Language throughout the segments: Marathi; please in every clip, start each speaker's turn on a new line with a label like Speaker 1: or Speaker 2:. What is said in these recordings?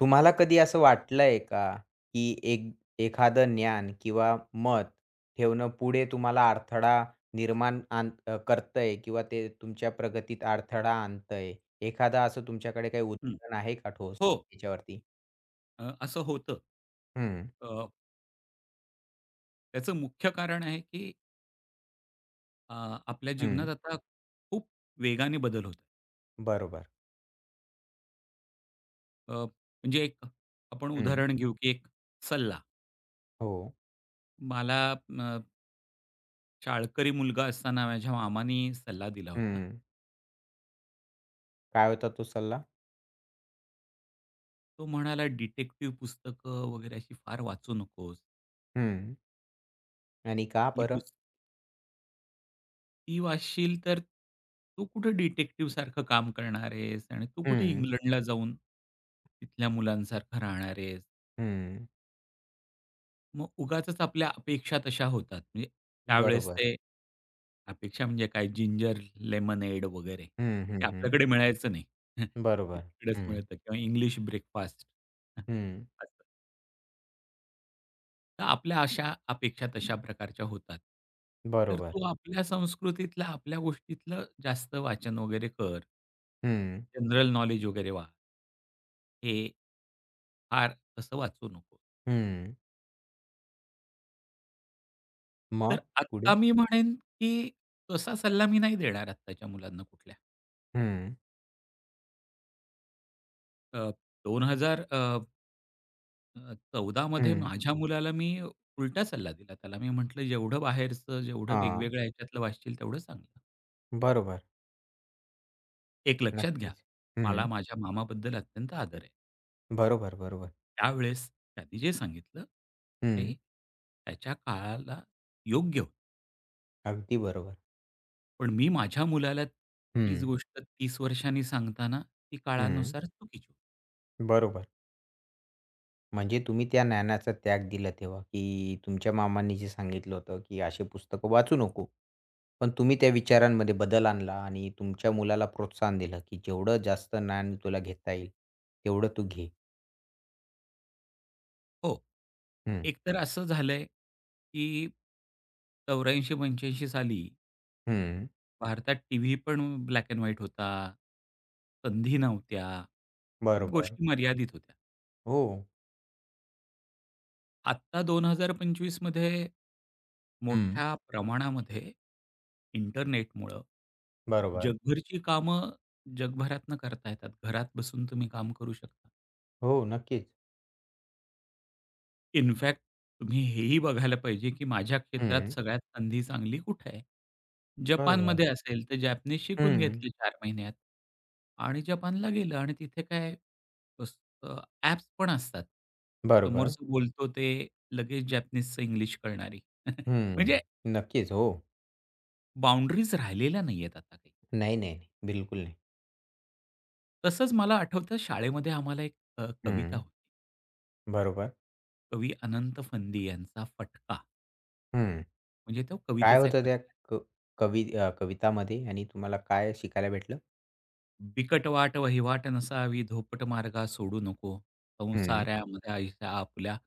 Speaker 1: तुम्हाला कधी असं वाटलंय का, की एक एखादं ज्ञान किंवा मत ठेवणं पुढे तुम्हाला अडथळा निर्माण करतंय किंवा ते तुमच्या प्रगतीत अडथळा आणतंय? एखादं असं तुमच्याकडे काही
Speaker 2: हं.
Speaker 1: उदाहरण आहे का ठोस
Speaker 2: हो,
Speaker 1: याच्यावरती?
Speaker 2: असं होतं.
Speaker 1: हं,
Speaker 2: अ, त्याचं मुख्य कारण आहे, की अ, आपल्या जीवनात
Speaker 1: हं.
Speaker 2: आता खूप वेगाने बदल होत आहेत.
Speaker 1: बरोबर.
Speaker 2: अ, म्हणजे एक आपण
Speaker 1: हं.
Speaker 2: उदाहरण घेऊ, की एक सल्ला.
Speaker 1: हो.
Speaker 2: मला शाळकरी मुलगा असताना माझ्या मामानी सल्ला दिला होता.
Speaker 1: हं. काय होता तो सल्ला?
Speaker 2: तो म्हणाला, "डिटेक्टिव्ह पुस्तकं वगैरे अशी फार वाचू नकोस.
Speaker 1: हं. आणि का
Speaker 2: ही
Speaker 1: बरं?
Speaker 2: पुस्त ती वाचशील तर तू कुठे डिटेक्टिव्ह सारखं काम करणार आहेस आणि तू कुठे
Speaker 1: हं.
Speaker 2: इंग्लंडला जाऊन तिथल्या मुलांसारखं राहणार आहेस."
Speaker 1: हं.
Speaker 2: मग उगाचच आपल्या अपेक्षा तशा होतात. म्हणजे त्यावेळेस
Speaker 1: बरोबर.
Speaker 2: ते अपेक्षा म्हणजे काय जिंजर लेमनेड वगैरे
Speaker 1: हं, हं,
Speaker 2: ते
Speaker 1: हं.
Speaker 2: आपल्याकडे मिळायचं नाही. ते
Speaker 1: बरोबर.
Speaker 2: तिकडेच
Speaker 1: हं.
Speaker 2: मिळतं किंवा इंग्लिश ब्रेकफास्ट
Speaker 1: हं.
Speaker 2: असं. तर आपल्या अशा अपेक्षा तशा प्रकारच्या होतात. तर
Speaker 1: बरोबर.
Speaker 2: तू आपल्या संस्कृतीतल्या, आपल्या गोष्टीतलं जास्त वाचन वगैरे कर.
Speaker 1: हं.
Speaker 2: जनरल नॉलेज वगैरे वाच. हे फार तसं वाचू नको.
Speaker 1: हं.
Speaker 2: तर
Speaker 1: मग
Speaker 2: आत्ता
Speaker 1: पुढे?
Speaker 2: मी म्हणेन, की तसा सल्ला मी नाही देणार आत्ताच्या मुलांना कुठल्या.
Speaker 1: हं,
Speaker 2: अ, 2000 अ, अ, 14मध्ये
Speaker 1: हं.
Speaker 2: माझ्या मुलाला मी उलटा सल्ला दिला. त्याला मी म्हटलं, "जेवढं बाहेरचं, जेवढं
Speaker 1: हां.
Speaker 2: वेगवेगळ्या ह्याच्यातलं वाचशील तेवढं चांगलं.
Speaker 1: बरोबर.
Speaker 2: एक लक्षात घ्या,
Speaker 1: नक्कीच.
Speaker 2: मला
Speaker 1: हं.
Speaker 2: माझ्या मामाबद्दल अत्यंत आदर आहे.
Speaker 1: बरोबर, बरोबर.
Speaker 2: त्यावेळेस त्यांनी जे सांगितलं ते
Speaker 1: हं.
Speaker 2: त्याच्या काळाला योग्य होतं.
Speaker 1: अगदी बरोबर.
Speaker 2: पण मी माझ्या मुलाला तीच
Speaker 1: हं,
Speaker 2: गोष्ट 30 वर्षांनी सांगताना ती
Speaker 1: हं.
Speaker 2: काळानुसार चुकीची होती."
Speaker 1: बरोबर. म्हणजे तुम्ही त्या ज्ञानाचा त्याग दिला तेव्हा, की तुमच्या मामांनी जे सांगितलं होतं, की अशी पुस्तकं वाचू नको. पण तुम्ही त्या विचारांमध्ये बदल आणला आणि तुमच्या मुलाला प्रोत्साहन दिलं, की जेवढं जास्त ज्ञान तुला घेता येईल, तेवढं तू घे.
Speaker 2: हो.
Speaker 1: हं,
Speaker 2: एकतर असं झालंय, की 84-85 साली
Speaker 1: हं.
Speaker 2: भारतात टीव्ही पण ब्लॅक एंड व्हाईट होता. संधी नव्हत्या. खूप
Speaker 1: बरोबर.
Speaker 2: गोष्टी मर्यादित होत्या.
Speaker 1: हो.
Speaker 2: आत्ता 2025 मध्ये
Speaker 1: हं.
Speaker 2: मोठ्या प्रमाणामध्ये इंटरनेटमुळं
Speaker 1: बरोबर.
Speaker 2: जगभरची कामं जगभरातनं करता येतात. घरात बसून तुम्ही काम करू शकता.
Speaker 1: हो, नक्कीच.
Speaker 2: इनफॅक्ट तुम्ही हेही बघायला पाहिजे, की माझ्या क्षेत्रात
Speaker 1: हं.
Speaker 2: सगळ्यात संधी चांगली कुठे आहे?
Speaker 1: बरोबर.
Speaker 2: जपानमध्ये असेल, तर जॅपनीज शिकून
Speaker 1: हं.
Speaker 2: घेतली 4 महिन्यात आणि जपानला गेलं आणि तिथे काय बस अ, ॲप्स पण असतात.
Speaker 1: बरोबर.
Speaker 2: समोरचं बोलतो ते लगेच जॅपनीजचं इंग्लिश करणारी. म्हणजे
Speaker 1: हं. नक्कीच. हो.
Speaker 2: बाउंडरीज राहिलेल्या नाहीयेत आता काही.
Speaker 1: नाही, नाही, नाही. बिलकुल नाही.
Speaker 2: तसंच मला आठवतं शाळेमध्ये आम्हाला एक कविता
Speaker 1: हं.
Speaker 2: होती.
Speaker 1: बरोबर.
Speaker 2: कवी अनंत फंदी यांचा फटका
Speaker 1: हं.
Speaker 2: म्हणजे तो
Speaker 1: काय
Speaker 2: कवितेचा एक
Speaker 1: होतं त्या
Speaker 2: प्रकार.
Speaker 1: क कवितामध्ये आणि तुम्हाला काय शिकायला भेटलं?
Speaker 2: बिकट वाट वहिवाट नसावी, धोपट मार्गा सोडू नको. हं.
Speaker 1: हं.
Speaker 2: संसारामध्ये आयुष्या आपल्या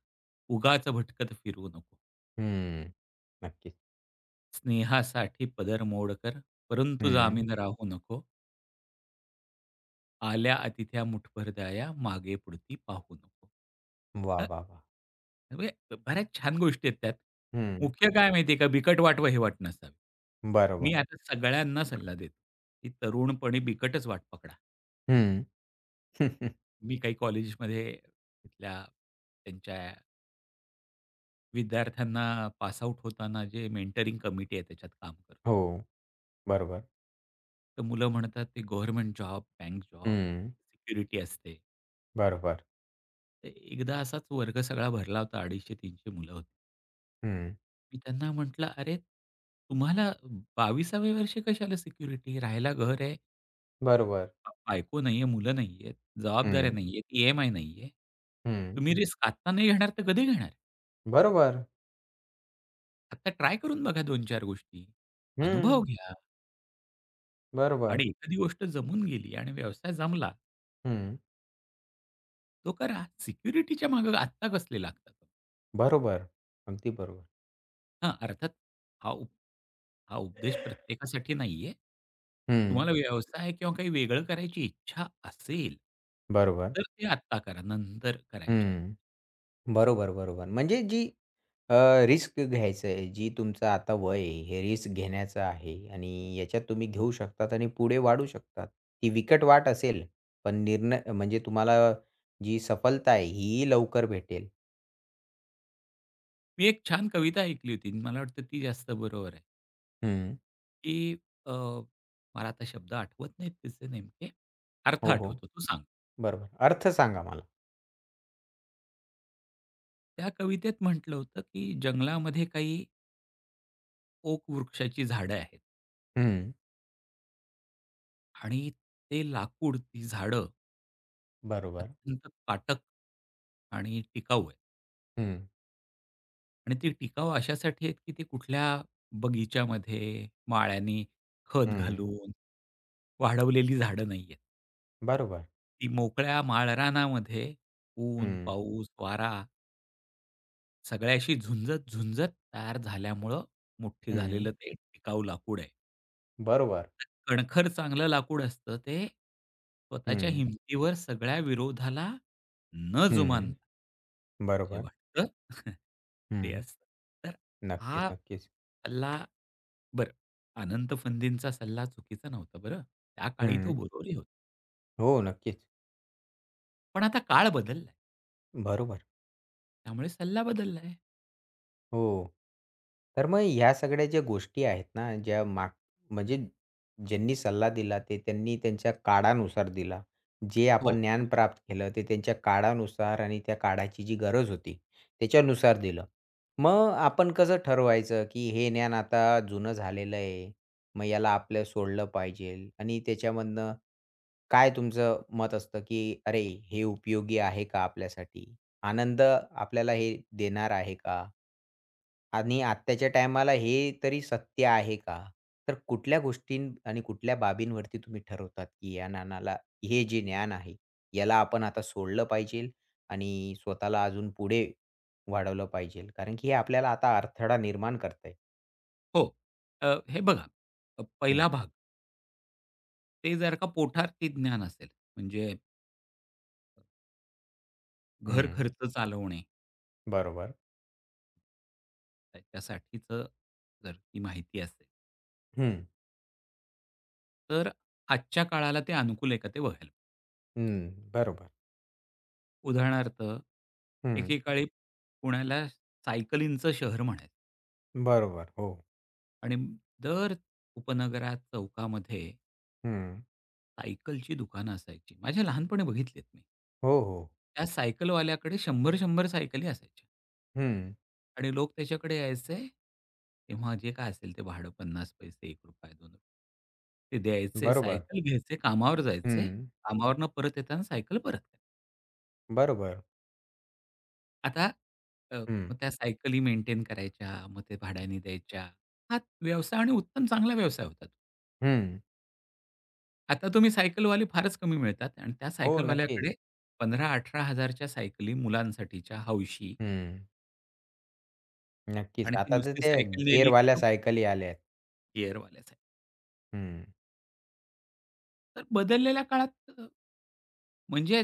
Speaker 2: उगाच भटकत फिरू नको.
Speaker 1: हं. नक्कीच.
Speaker 2: स्नेहासाठी पदर मोड कर, परंतु
Speaker 1: हं.
Speaker 2: जामीन राहू नको. आल्या अतिथ्या मुठभर द्याया, मागे पुढती पाहू नको.
Speaker 1: वाह,
Speaker 2: अ,
Speaker 1: वाह, वाह!
Speaker 2: म्हणजे बऱ्याच छान गोष्टी आहेत त्यात.
Speaker 1: हं.
Speaker 2: मुख्य काय माहिती का, बिकट वाट वहिवाट नसावी. मी
Speaker 1: बरोबर.
Speaker 2: आता सगळ्यांना सल्ला देतो, की तरुणपणी बिकटच वाट पकडा.
Speaker 1: हं.
Speaker 2: मी काही कॉलेजेसमध्ये तिथल्या त्यांच्या विद्यार्थ्यांना पास आउट होताना जे मेंटरिंग कमिटी आहे त्याच्यात काम
Speaker 1: हो.
Speaker 2: करतो.
Speaker 1: बरोबर.
Speaker 2: तर मुलं म्हणतात ते गव्हर्नमेंट जॉब, बँक जॉब,
Speaker 1: हं.
Speaker 2: सिक्युरिटी असते.
Speaker 1: बरोबर.
Speaker 2: तर एकदा असाच वर्ग सगळा भरला होता 250-300 मुलं होती.
Speaker 1: हं.
Speaker 2: मी त्यांना म्हटलं, "अरे, तुम्हाला 22व्या वर्षी कशाला सिक्युरिटी? राहायला घर आहे,
Speaker 1: बरोबर.
Speaker 2: बायको नाहीये, मुलं नाहीयेत, जबाबदाऱ्या
Speaker 1: हं.
Speaker 2: नाहीयेत, ई-एम-आय नाहीये.
Speaker 1: हं.
Speaker 2: तुम्ही रिस्क आत्ता नाही घेणार तर कधी घेणार?"
Speaker 1: बरोबर.
Speaker 2: आता ट्राय करून बघा दोन चार गोष्टी. अनुभव
Speaker 1: हं.
Speaker 2: घ्या
Speaker 1: बरोबर.
Speaker 2: आणि एखादी गोष्ट जमून गेली आणि व्यवसाय जमला,
Speaker 1: हं.
Speaker 2: तो करा. सिक्युरिटीच्या मागे आत्ता कसले लागतात?
Speaker 1: बरोबर. अगदी बरोबर.
Speaker 2: हां, अर्थात हा उप हा उपदेश प्रत्येकासाठी नाहीये.
Speaker 1: हं.
Speaker 2: तुम्हाला व्यवसाय किंवा काही वेगळं करायची इच्छा असेल,
Speaker 1: बरोबर.
Speaker 2: तर ते आत्ता करा, नंतर करायच्या आहे.
Speaker 1: हं. बरोबर, बरोबर. म्हणजे जी रिस्क घ्यायचं आहे, जी तुमचं आता वय आहे, हे रिस्क घेण्याचं आहे आणि याच्यात तुम्ही घेऊ शकतात आणि पुढे वाढू शकतात. ती विकट वाट असेल, पण निर्णय म्हणजे तुम्हाला जी सफलता आहे, ही लवकर भेटेल.
Speaker 2: मी एक छान कविता ऐकली होती मला वाटतं ती जास्त बरोबर आहे,
Speaker 1: हं.
Speaker 2: की अ, मला आता शब्द आठवत नाहीत तिचे नेमके. अर्थ
Speaker 1: हो, हो.
Speaker 2: आठवतो, तो सांगतो.
Speaker 1: बरोबर. अर्थ सांगा मला?
Speaker 2: त्या कवितेत म्हटलं होतं, की जंगलामध्ये काही ओक वृक्षाची झाडं आहेत
Speaker 1: हं.
Speaker 2: आणि ते लाकूड, ती झाडं
Speaker 1: बरोबर.
Speaker 2: अत्यंत काटक आणि टिकाऊ आहे.
Speaker 1: हं,
Speaker 2: आणि ती टिकाऊ अशासाठी आहेत, की ती कुठल्या बगीच्यामध्ये माळ्यांनी खत
Speaker 1: हं.
Speaker 2: घालून वाढवलेली झाडं नाहीयेत.
Speaker 1: बरोबर.
Speaker 2: ती मोकळ्या माळरानामध्ये ऊन,
Speaker 1: हं,
Speaker 2: पाऊस, वारा सगळ्याशी झुंजत, झुंजत तयार झाल्यामुळं मोठी
Speaker 1: हं.
Speaker 2: झालेलं ते टिकाऊ लाकूड आहे.
Speaker 1: बरोबर.
Speaker 2: कणखर चांगलं लाकूड असतं ते स्वतःच्या हं.
Speaker 1: हं,
Speaker 2: हिमतीवर सगळ्या विरोधाला न
Speaker 1: हं.
Speaker 2: जुमानता जे
Speaker 1: बरोबर.
Speaker 2: वाटतं ते
Speaker 1: हं.
Speaker 2: असतं. तर
Speaker 1: नक्कीच,
Speaker 2: हा
Speaker 1: नक्कीच.
Speaker 2: सल्ला बरं, अनंत फंदींचा सल्ला चुकीचा नव्हता बरं. त्या काळी तो
Speaker 1: हं.
Speaker 2: बरोबरही होता.
Speaker 1: हो, नक्कीच.
Speaker 2: पण आता काळ बदललाय.
Speaker 1: बरोबर.
Speaker 2: त्यामुळे सल्ला बदललाय.
Speaker 1: हो. तर मग ह्या सगळ्या ज्या गोष्टी आहेत ना, ज्या माग म्हणजे ज्यांनी सल्ला दिला ते त्यांनी त्यांच्या काळानुसार दिला. जे
Speaker 2: हो,
Speaker 1: आपण ज्ञान प्राप्त केलं ते त्यांच्या काळानुसार आणि त्या काळाची जी गरज होती त्याच्यानुसार दिलं. मग आपण कसं ठरवायचं, की हे ज्ञान आता जुनं झालेलं आहे. मग याला आपलं सोडलं पाहिजे आणि त्याच्यामधनं काय तुमचं मत असतं, की "अरे, हे उपयोगी आहे का आपल्यासाठी? आनंद आपल्याला हे देणार आहे का? आणि आत्ताच्या टायमाला हे तरी सत्य आहे का?" तर कुठल्या गोष्टी आणि कुठल्या बाबींवरती तुम्ही ठरवतात, की या ज्ञानाला हे जे ज्ञान आहे, याला आपण आता सोडलं पाहिजे आणि स्वतःला अजून पुढे वाढवलं पाहिजे? कारण की हे आपल्याला आता अडथळा निर्माण करतंय.
Speaker 2: हो. हे बघा
Speaker 1: हं,
Speaker 2: पहिला भाग ते जर का पोठार्थी ज्ञान असेल म्हणजे घर
Speaker 1: हं.
Speaker 2: खर्च चालवणे
Speaker 1: बरोबर.
Speaker 2: त्याच्यासाठीचं जर ती माहिती असेल.
Speaker 1: हं.
Speaker 2: तर आजच्या काळाला ते अनुकूल आहे का ते बघायला.
Speaker 1: हं. बरोबर.
Speaker 2: उदाहरणार्थ,
Speaker 1: हं.
Speaker 2: एकेकाळी पुण्याला सायकलींचं शहर म्हणायचं
Speaker 1: बरोबर. हो.
Speaker 2: आणि दर उपनगरात चौकामध्ये
Speaker 1: हं.
Speaker 2: सायकलची दुकानं असायची. माझ्या लहानपणी बघितलीत मी.
Speaker 1: हो, हो.
Speaker 2: त्या सायकलवाल्याकडे 100-100 सायकली असायच्या
Speaker 1: हं.
Speaker 2: आणि लोक त्याच्याकडे यायचे. तेव्हा जे काय असेल ते भाडं 50 पैसे, ₹1, ₹2 ते द्यायचे,
Speaker 1: बरोबर.
Speaker 2: सायकल घ्यायचे, कामावर जायचे.
Speaker 1: हं.
Speaker 2: कामावरनं परत येताना सायकल परत करायचे.
Speaker 1: बरोबर.
Speaker 2: आता अ,
Speaker 1: हं,
Speaker 2: मग त्या सायकली मेंटेन करायच्या, मग ते भाड्याने द्यायच्या. हा व्यवसाय आणि उत्तम चांगला व्यवसाय होता तो.
Speaker 1: हं.
Speaker 2: आता तुम्ही सायकलवाले फारच कमी मिळतात आणि त्या
Speaker 1: हो, नक्कीच.
Speaker 2: सायकलवाल्याकडे 15,000-18,000 च्या सायकली मुलांसाठीच्या हौशी
Speaker 1: हं. नक्कीच.
Speaker 2: आणि ती
Speaker 1: आता तर
Speaker 2: नुसती
Speaker 1: त्या
Speaker 2: सायकल नेली की
Speaker 1: गिअरवाल्या
Speaker 2: तो
Speaker 1: सायकली आल्या आहेत.
Speaker 2: गिअरवाल्या सायकल.
Speaker 1: हं,
Speaker 2: तर बदललेल्या काळात म्हणजे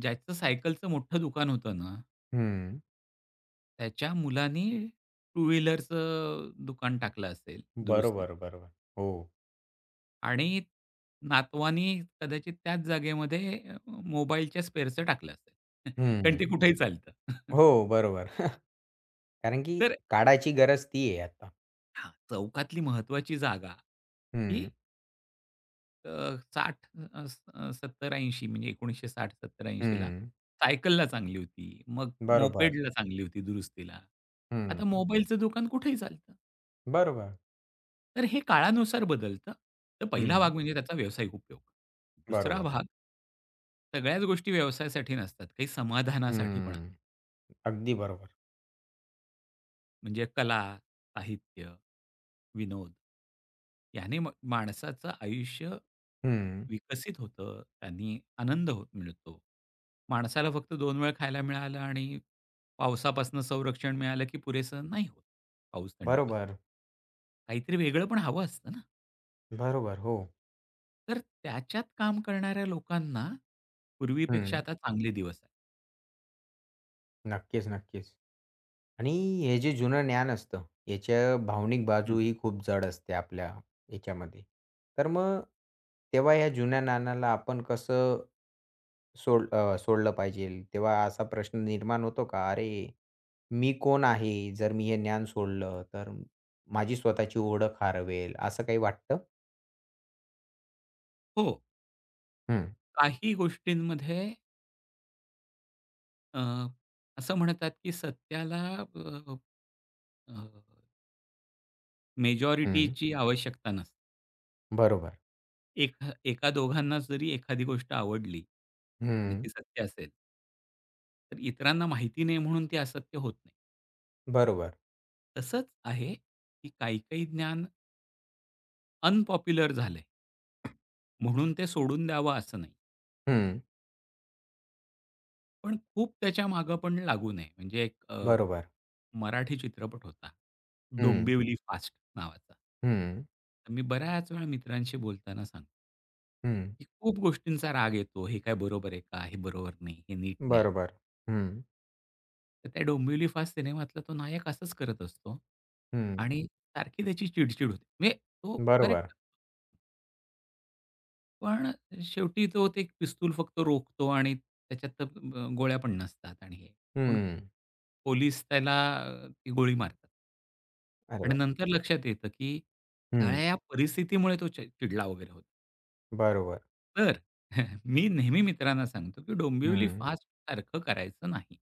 Speaker 2: ज्याचं सायकलचं मोठं दुकान होतं ना,
Speaker 1: हं.
Speaker 2: त्याच्या मुलांनी टू व्हीलरचं दुकान टाकलं असेल दुरुस्तीचं.
Speaker 1: बरोबर, बरोबर. हो.
Speaker 2: आणि नातवानी कदाचित त्याच जागेमध्ये मोबाईलच्या स्पेअरचं टाकलं असेल. कारण
Speaker 1: हं.
Speaker 2: ते कुठेही चालतं.
Speaker 1: हो, बरोबर. कारण की
Speaker 2: तर
Speaker 1: काळाची गरज ती आहे आता.
Speaker 2: हां, चौकातली महत्त्वाची जागा ही
Speaker 1: हं,
Speaker 2: अ, 60 70-80 म्हणजे 1960-70-80 ला
Speaker 1: हं.
Speaker 2: सायकलला चांगली होती. मग
Speaker 1: बरोबर.
Speaker 2: मोपेडला चांगली होती दुरुस्तीला.
Speaker 1: हं.
Speaker 2: आता मोबाईलचं दुकान कुठेही चालतं.
Speaker 1: बरोबर.
Speaker 2: तर हे काळानुसार बदलतं. तर पहिला भाग
Speaker 1: हं.
Speaker 2: म्हणजे त्याचा व्यावसायिक उपयोग. दुसरा
Speaker 1: बरोबर.
Speaker 2: भाग, सगळ्याच गोष्टी व्यवसायासाठी नसतात. काही समाधानासाठी पण असतात.
Speaker 1: हं. अगदी बरोबर.
Speaker 2: म्हणजे कला, साहित्य, विनोद याने माणसाचं आयुष्य
Speaker 1: हं.
Speaker 2: विकसित होतं. त्यांनी आनंद होत मिळतो. माणसाला फक्त 2 वेळ खायला मिळालं आणि पावसापासून संरक्षण मिळालं, की पुरेसं नाही होत. पाऊस, थंडी
Speaker 1: बरोबर,
Speaker 2: काहीतरी वेगळं पण हवं असतं ना.
Speaker 1: बरोबर. हो.
Speaker 2: तर त्याच्यात काम करणाऱ्या लोकांना पूर्वीपेक्षा
Speaker 1: हं.
Speaker 2: आता चांगले दिवस आहेत.
Speaker 1: नक्कीच, नक्कीच. आणि हे जे जुनं ज्ञान असतं, याच्या भावनिक
Speaker 2: हं.
Speaker 1: बाजू ही खूप जड असते आपल्या याच्यामध्ये. तर मग तेव्हा या जुन्या ज्ञानाला आपण कसं सोडलं पाहिजे? तेव्हा असा प्रश्न निर्माण होतो का? "अरे, मी कोण आहे? जर मी हे ज्ञान सोडलं, तर माझी स्वतःची ओळख हरवेल." असं काही वाटतं?
Speaker 2: हो,
Speaker 1: हं.
Speaker 2: काही गोष्टींमध्ये अ, असं म्हणतात, की सत्याला अ, अ,
Speaker 1: हं.
Speaker 2: मेजॉरिटीची आवश्यकता नसते.
Speaker 1: बरोबर.
Speaker 2: एका दोघांना जरी एखादी गोष्ट आवडली आणि
Speaker 1: हं.
Speaker 2: ती सत्य असेल, तर इतरांना माहिती नाही म्हणून ती असत्य होत नाही.
Speaker 1: बरोबर.
Speaker 2: तसंच आहे, की काही-काही ज्ञान अनपॉप्युलर झालंय म्हणून ते सोडून द्यावं असं नाही.
Speaker 1: हं.
Speaker 2: पण खूप त्याच्या मागं पण लागू नये. म्हणजे एक
Speaker 1: बरोबर.
Speaker 2: मराठी चित्रपट होता.
Speaker 1: हं.
Speaker 2: डोंबिवली फास्ट नावाचा.
Speaker 1: हं.
Speaker 2: तर मी बऱ्याच वेळा मित्रांशी बोलताना सांगतो,
Speaker 1: हं.
Speaker 2: की खूप गोष्टींचा राग येतो. हे काय बरोबर आहे का? हे बरोबर नाही. हे नीट नाही.
Speaker 1: बरोबर. हं.
Speaker 2: तर त्या डोंबिवली फास्ट सिनेमातला तो नायक असंच करत असतो
Speaker 1: हं.
Speaker 2: आणि सारखी त्याची चिड होते. म्हणजे तो
Speaker 1: बरोबर.
Speaker 2: करेक्ट पण शेवटी तो ते एक पिस्तूल फक्त रोखतो आणि त्याच्यात तर गोळ्या पण नसतात आणि हे. पण
Speaker 1: हं.
Speaker 2: पोलीस त्याला ती गोळी मारतात.
Speaker 1: अरे
Speaker 2: आणि
Speaker 1: वाह!
Speaker 2: नंतर लक्षात येतं, की सगळ्या
Speaker 1: हं.
Speaker 2: या परिस्थितीमुळे तो चिडला वगैरे होता.
Speaker 1: बरोबर.
Speaker 2: तर मी नेहमी मित्रांना सांगतो, की डोंबिवली
Speaker 1: हं.
Speaker 2: फास्ट सारखं करायचं नाही.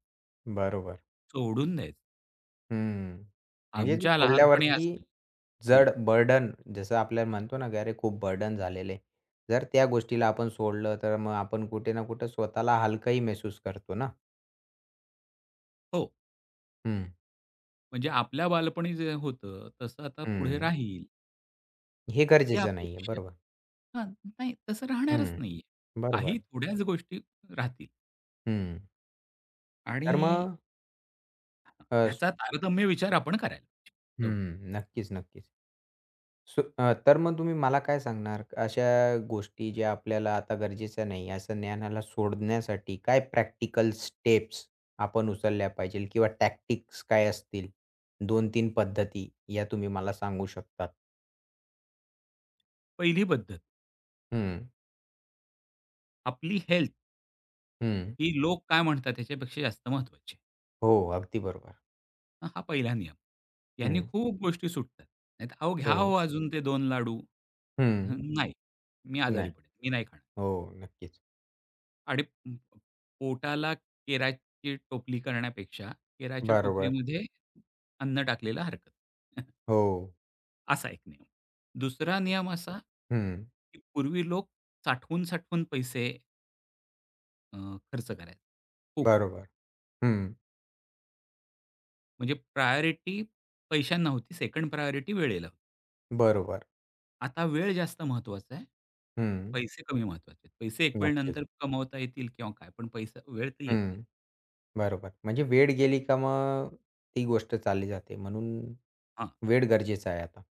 Speaker 1: बरोबर.
Speaker 2: सोडून द्यायचं.
Speaker 1: हं. म्हणजे ती
Speaker 2: आमच्या लहानपणी
Speaker 1: सोडल्यावरती
Speaker 2: असं हं,
Speaker 1: जड बर्डन जसं आपल्याला म्हणतो ना, की "अरे खूप बर्डन झालेलं जर त्या गोष्टीला आपण सोडलं तर मग आपण कुठे ना कुठे स्वतःला हलकंही महसूस करतो ना.
Speaker 2: हो.
Speaker 1: हं,
Speaker 2: म्हणजे आपल्या बालपणी जे होतं तसं आता पुढे
Speaker 1: हं.
Speaker 2: राहील.
Speaker 1: हे
Speaker 2: ते
Speaker 1: गरजेचं नाहीये.
Speaker 2: अपेक्षा
Speaker 1: बरोबर.
Speaker 2: हां, नाही तसं राहणारच
Speaker 1: हं.
Speaker 2: नाहीये.
Speaker 1: बरोबर.
Speaker 2: काही थोड्याच गोष्टी राहतील
Speaker 1: हं.
Speaker 2: आणि
Speaker 1: तर मग अ,
Speaker 2: ह्याचा तारतम्य विचार आपण करायला पाहिजे, एवढं.
Speaker 1: हं. नक्कीच, नक्कीच. तर मग तुम्ही मला काय सांगणार? अशा गोष्टी ज्या आपल्याला आता गरजेच्या नाही, असं ज्ञानाला सोडण्यासाठी काय प्रॅक्टिकल स्टेप्स आपण उचलल्या पाहिजेल किंवा टॅक्टिक्स काय असतील? दोन 3 पद्धती या तुम्ही मला सांगू शकतात.
Speaker 2: पहिली पद्धत
Speaker 1: हं,
Speaker 2: आपली हेल्थ
Speaker 1: हं.
Speaker 2: ही लोक काय म्हणतात त्याच्यापेक्षा जास्त महत्त्वाची आहे.
Speaker 1: हो, अगदी बरोबर.
Speaker 2: हा पहिला नियम. याने
Speaker 1: हं,
Speaker 2: खूप गोष्टी सुटतात. नाहीतर अहो घ्या
Speaker 1: हो.
Speaker 2: हो अजून ते 2 लाडू. हं,
Speaker 1: हं.
Speaker 2: नाही मी आजारी
Speaker 1: नाही.
Speaker 2: पडेल. मी नाही खाणार.
Speaker 1: हो, नक्कीच.
Speaker 2: आणि प- पोटाला केराची टोपली करण्यापेक्षा केराच्या
Speaker 1: बरोबर.
Speaker 2: टोपलीमध्ये अन्न टाकलेलं हरकत.
Speaker 1: हो.
Speaker 2: असा एक नियम. दुसरा नियम असा,
Speaker 1: हं.
Speaker 2: की पूर्वी लोक साठवून-साठवून पैसे अ, खर्च करायचे. खूप
Speaker 1: बरोबर. हं.
Speaker 2: म्हणजे प्रायोरिटी पैशांना होती, सेकंड प्रायोरिटी वेळेला होती.
Speaker 1: बरोबर.
Speaker 2: आता वेळ जास्त महत्त्वाचा आहे.
Speaker 1: हं.
Speaker 2: पैसे कमी महत्त्वाचे आहेत. पैसे एक वेळ
Speaker 1: नक्कीच.
Speaker 2: नंतर कमवता येतील किंवा काय, पण पैसा वेळ तर येत नाही.
Speaker 1: हं. बरोबर. म्हणजे वेळ गेली का मग ती गोष्ट चालली जाते. म्हणून
Speaker 2: हां,
Speaker 1: वेळ गरजेचा आहे आता.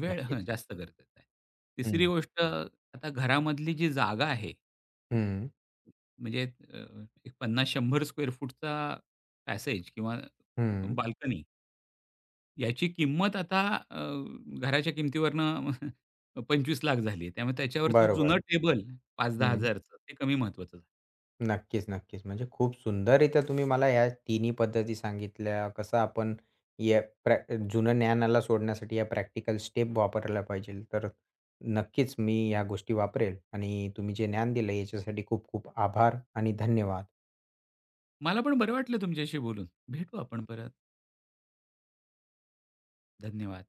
Speaker 2: वेळ हं,
Speaker 1: नक्कीच.
Speaker 2: जास्त गरजेचा आहे. तिसरी
Speaker 1: हं.
Speaker 2: गोष्ट आता घरामधली जी जागा आहे,
Speaker 1: हं,
Speaker 2: म्हणजे एक 50-100 स्क्वेअर फूटचा पॅसेज किंवा
Speaker 1: हं.
Speaker 2: बाल्कनी याची किंमत आता अ, घराच्या किमतीवरनं 25,00,000 झाली आहे. त्यामुळे त्याच्यावरचं
Speaker 1: बरोबर.
Speaker 2: जुनं टेबल
Speaker 1: हं.
Speaker 2: 5,000-10,000चं ते कमी महत्वाचं झालं.
Speaker 1: नक्कीच, नक्कीच. म्हणजे खूप सुंदररीत्या तुम्ही मला ह्या तिन्ही पद्धती सांगितल्या. कसं आपण या प्रॅ जुनं ज्ञानाला सोडण्यासाठी या प्रॅक्टिकल स्टेप वापरायला पाहिजे. तर नक्कीच मी या गोष्टी वापरेल आणि तुम्ही जे ज्ञान दिलं याच्यासाठी खूप खूप आभार आणि धन्यवाद.
Speaker 2: मला पण बरं वाटलं तुमच्याशी बोलून. भेटू आपण परत. धन्यवाद.